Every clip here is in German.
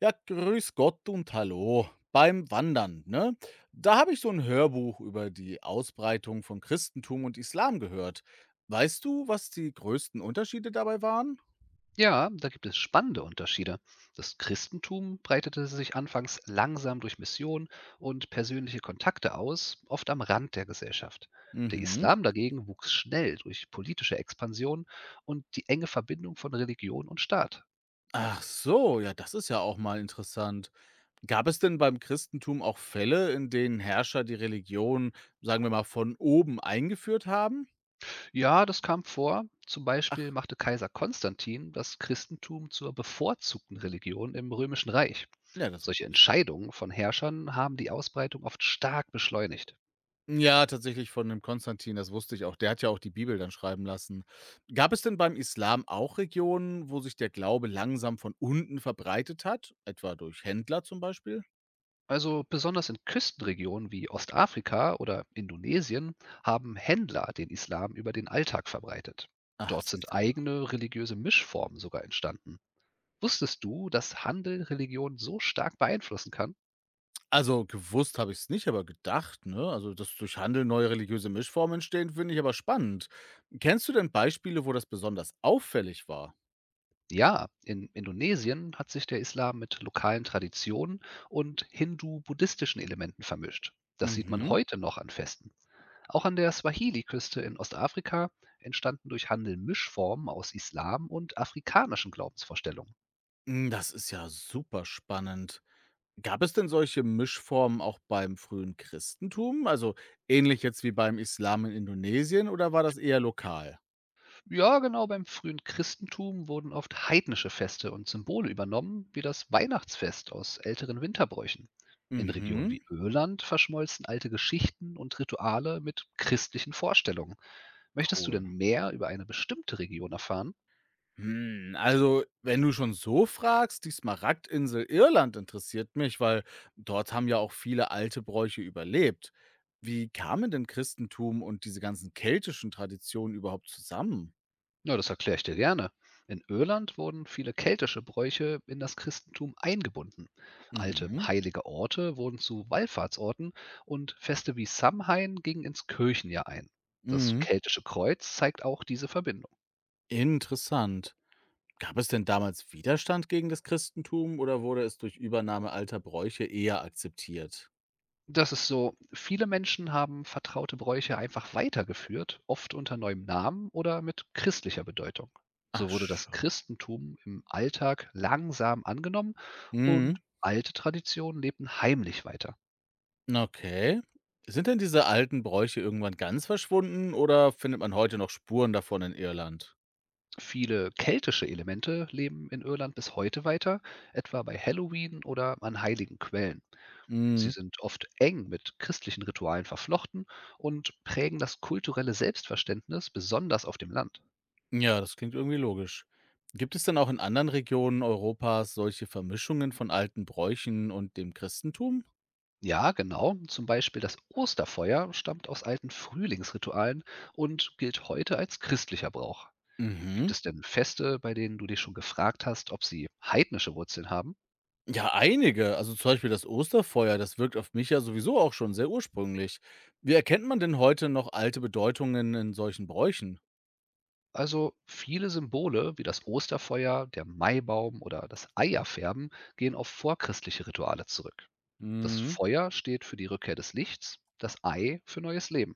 Ja, grüß Gott und hallo. Beim Wandern, ne? Da habe ich so ein Hörbuch über die Ausbreitung von Christentum und Islam gehört. Weißt du, was die größten Unterschiede dabei waren? Ja, da gibt es spannende Unterschiede. Das Christentum breitete sich anfangs langsam durch Mission und persönliche Kontakte aus, oft am Rand der Gesellschaft. Der Mhm. Islam dagegen wuchs schnell durch politische Expansion und die enge Verbindung von Religion und Staat. Ach so, ja, das ist ja auch mal interessant. Gab es denn beim Christentum auch Fälle, in denen Herrscher die Religion, sagen wir mal, von oben eingeführt haben? Ja, das kam vor. Zum Beispiel Ach, machte Kaiser Konstantin das Christentum zur bevorzugten Religion im Römischen Reich. ja, das Solche wusste ich. Entscheidungen von Herrschern haben die Ausbreitung oft stark beschleunigt. Ja, tatsächlich von dem Konstantin, das wusste ich auch. Der hat ja auch die Bibel dann schreiben lassen. Gab es denn beim Islam auch Regionen, wo sich der Glaube langsam von unten verbreitet hat, etwa durch Händler zum Beispiel? Also besonders in Küstenregionen wie Ostafrika oder Indonesien haben Händler den Islam über den Alltag verbreitet. Ach, Dort siehst sind du wohl. eigene religiöse Mischformen sogar entstanden. Wusstest du, dass Handel Religion so stark beeinflussen kann? Also gewusst habe ich es nicht, aber gedacht, ne? Also, dass durch Handel neue religiöse Mischformen entstehen, finde ich aber spannend. Kennst du denn Beispiele, wo das besonders auffällig war? Ja, in Indonesien hat sich der Islam mit lokalen Traditionen und hindu-buddhistischen Elementen vermischt. Das sieht man Mhm. heute noch an Festen. Auch an der Swahili-Küste in Ostafrika entstanden durch Handel Mischformen aus Islam und afrikanischen Glaubensvorstellungen. Mm, das ist ja super spannend. Gab es denn solche Mischformen auch beim frühen Christentum? Also ähnlich jetzt wie beim Islam in Indonesien oder war das eher lokal? Ja, genau, beim frühen Christentum wurden oft heidnische Feste und Symbole übernommen, wie das Weihnachtsfest aus älteren Winterbräuchen. In Regionen Mhm, wie Irland verschmolzen alte Geschichten und Rituale mit christlichen Vorstellungen. Möchtest du cool. denn mehr über eine bestimmte Region erfahren? Hm, also, wenn du schon so fragst, die Smaragdinsel Irland interessiert mich, weil dort haben ja auch viele alte Bräuche überlebt. Wie kamen denn Christentum und diese ganzen keltischen Traditionen überhaupt zusammen? Ja, das erkläre ich dir gerne. In Irland wurden viele keltische Bräuche in das Christentum eingebunden. Alte Mhm, heilige Orte wurden zu Wallfahrtsorten und Feste wie Samhain gingen ins Kirchenjahr ein. Das mhm. keltische Kreuz zeigt auch diese Verbindung. Interessant. Gab es denn damals Widerstand gegen das Christentum oder wurde es durch Übernahme alter Bräuche eher akzeptiert? Das ist so, viele Menschen haben vertraute Bräuche einfach weitergeführt, oft unter neuem Namen oder mit christlicher Bedeutung. So Ach wurde das so. Christentum im Alltag langsam angenommen und Mhm, alte Traditionen lebten heimlich weiter. okay. Sind denn diese alten Bräuche irgendwann ganz verschwunden oder findet man heute noch Spuren davon in Irland? Viele keltische Elemente leben in Irland bis heute weiter, etwa bei Halloween oder an heiligen Quellen. Sie Mhm. sind oft eng mit christlichen Ritualen verflochten und prägen das kulturelle Selbstverständnis besonders auf dem Land. Ja, das klingt irgendwie logisch. Gibt es denn auch in anderen Regionen Europas solche Vermischungen von alten Bräuchen und dem Christentum? Ja, genau, zum Beispiel das Osterfeuer stammt aus alten Frühlingsritualen und gilt heute als christlicher Brauch. Gibt Mhm. es denn Feste, bei denen du dich schon gefragt hast, ob sie heidnische Wurzeln haben? Ja, einige. Also zum Beispiel das Osterfeuer, das wirkt auf mich ja sowieso auch schon sehr ursprünglich. Wie erkennt man denn heute noch alte Bedeutungen in solchen Bräuchen? Also viele Symbole wie das Osterfeuer, der Maibaum oder das Eierfärben gehen auf vorchristliche Rituale zurück. Das Mhm. Feuer steht für die Rückkehr des Lichts, das Ei für neues Leben.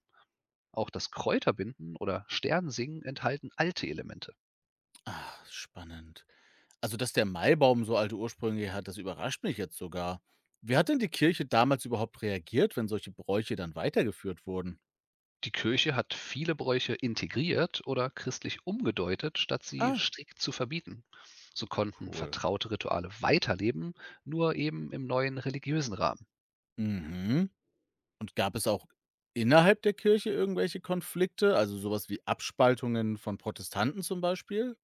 Auch das Kräuterbinden oder Sternsingen enthalten alte Elemente. Ah, spannend. Also, dass der Maibaum so alte Ursprünge hat, das überrascht mich jetzt sogar. Wie hat denn die Kirche damals überhaupt reagiert, wenn solche Bräuche dann weitergeführt wurden? Die Kirche hat viele Bräuche integriert oder christlich umgedeutet, statt sie Ah, strikt zu verbieten. So konnten cool. vertraute Rituale weiterleben, nur eben im neuen religiösen Rahmen. Mhm. Und gab es auch innerhalb der Kirche irgendwelche Konflikte, also sowas wie Abspaltungen von Protestanten zum Beispiel?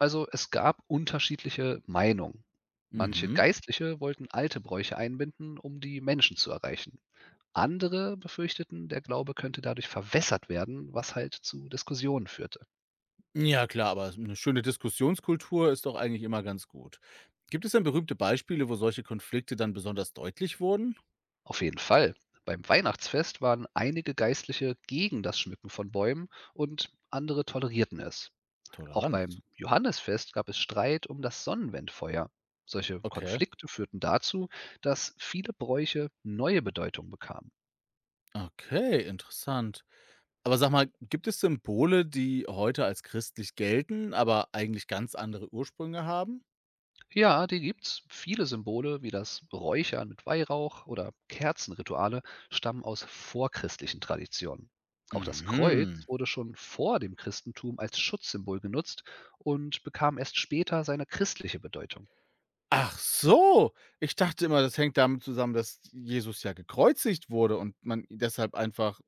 Also, es gab unterschiedliche Meinungen. Manche Mhm. Geistliche wollten alte Bräuche einbinden, um die Menschen zu erreichen. Andere befürchteten, der Glaube könnte dadurch verwässert werden, was halt zu Diskussionen führte. Ja klar, aber eine schöne Diskussionskultur ist doch eigentlich immer ganz gut. Gibt es denn berühmte Beispiele, wo solche Konflikte dann besonders deutlich wurden? Auf jeden Fall. Beim Weihnachtsfest waren einige Geistliche gegen das Schmücken von Bäumen und andere tolerierten es. Auch Toleranz. beim Johannesfest gab es Streit um das Sonnenwendfeuer. Solche Okay. Konflikte führten dazu, dass viele Bräuche neue Bedeutung bekamen. Okay, interessant. Aber sag mal, gibt es Symbole, die heute als christlich gelten, aber eigentlich ganz andere Ursprünge haben? Ja, die gibt's. Viele Symbole wie das Räuchern mit Weihrauch oder Kerzenrituale stammen aus vorchristlichen Traditionen. Auch das Kreuz Mhm. wurde schon vor dem Christentum als Schutzsymbol genutzt und bekam erst später seine christliche Bedeutung. Ach so, ich dachte immer, das hängt damit zusammen, dass Jesus ja gekreuzigt wurde und man deshalb einfach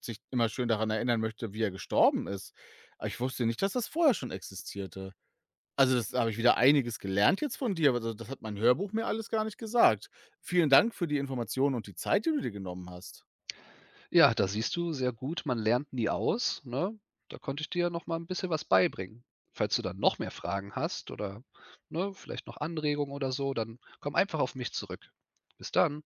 sich immer schön daran erinnern möchte, wie er gestorben ist. Aber ich wusste nicht, dass das vorher schon existierte. Also, das habe ich wieder einiges gelernt jetzt von dir, aber also, das hat mein Hörbuch mir alles gar nicht gesagt. Vielen Dank für die Informationen und die Zeit, die du dir genommen hast. Ja, da siehst du sehr gut, man lernt nie aus. Ne? Da konnte ich dir noch mal ein bisschen was beibringen. Falls du dann noch mehr Fragen hast oder ne, vielleicht noch Anregungen oder so, dann komm einfach auf mich zurück. Bis dann.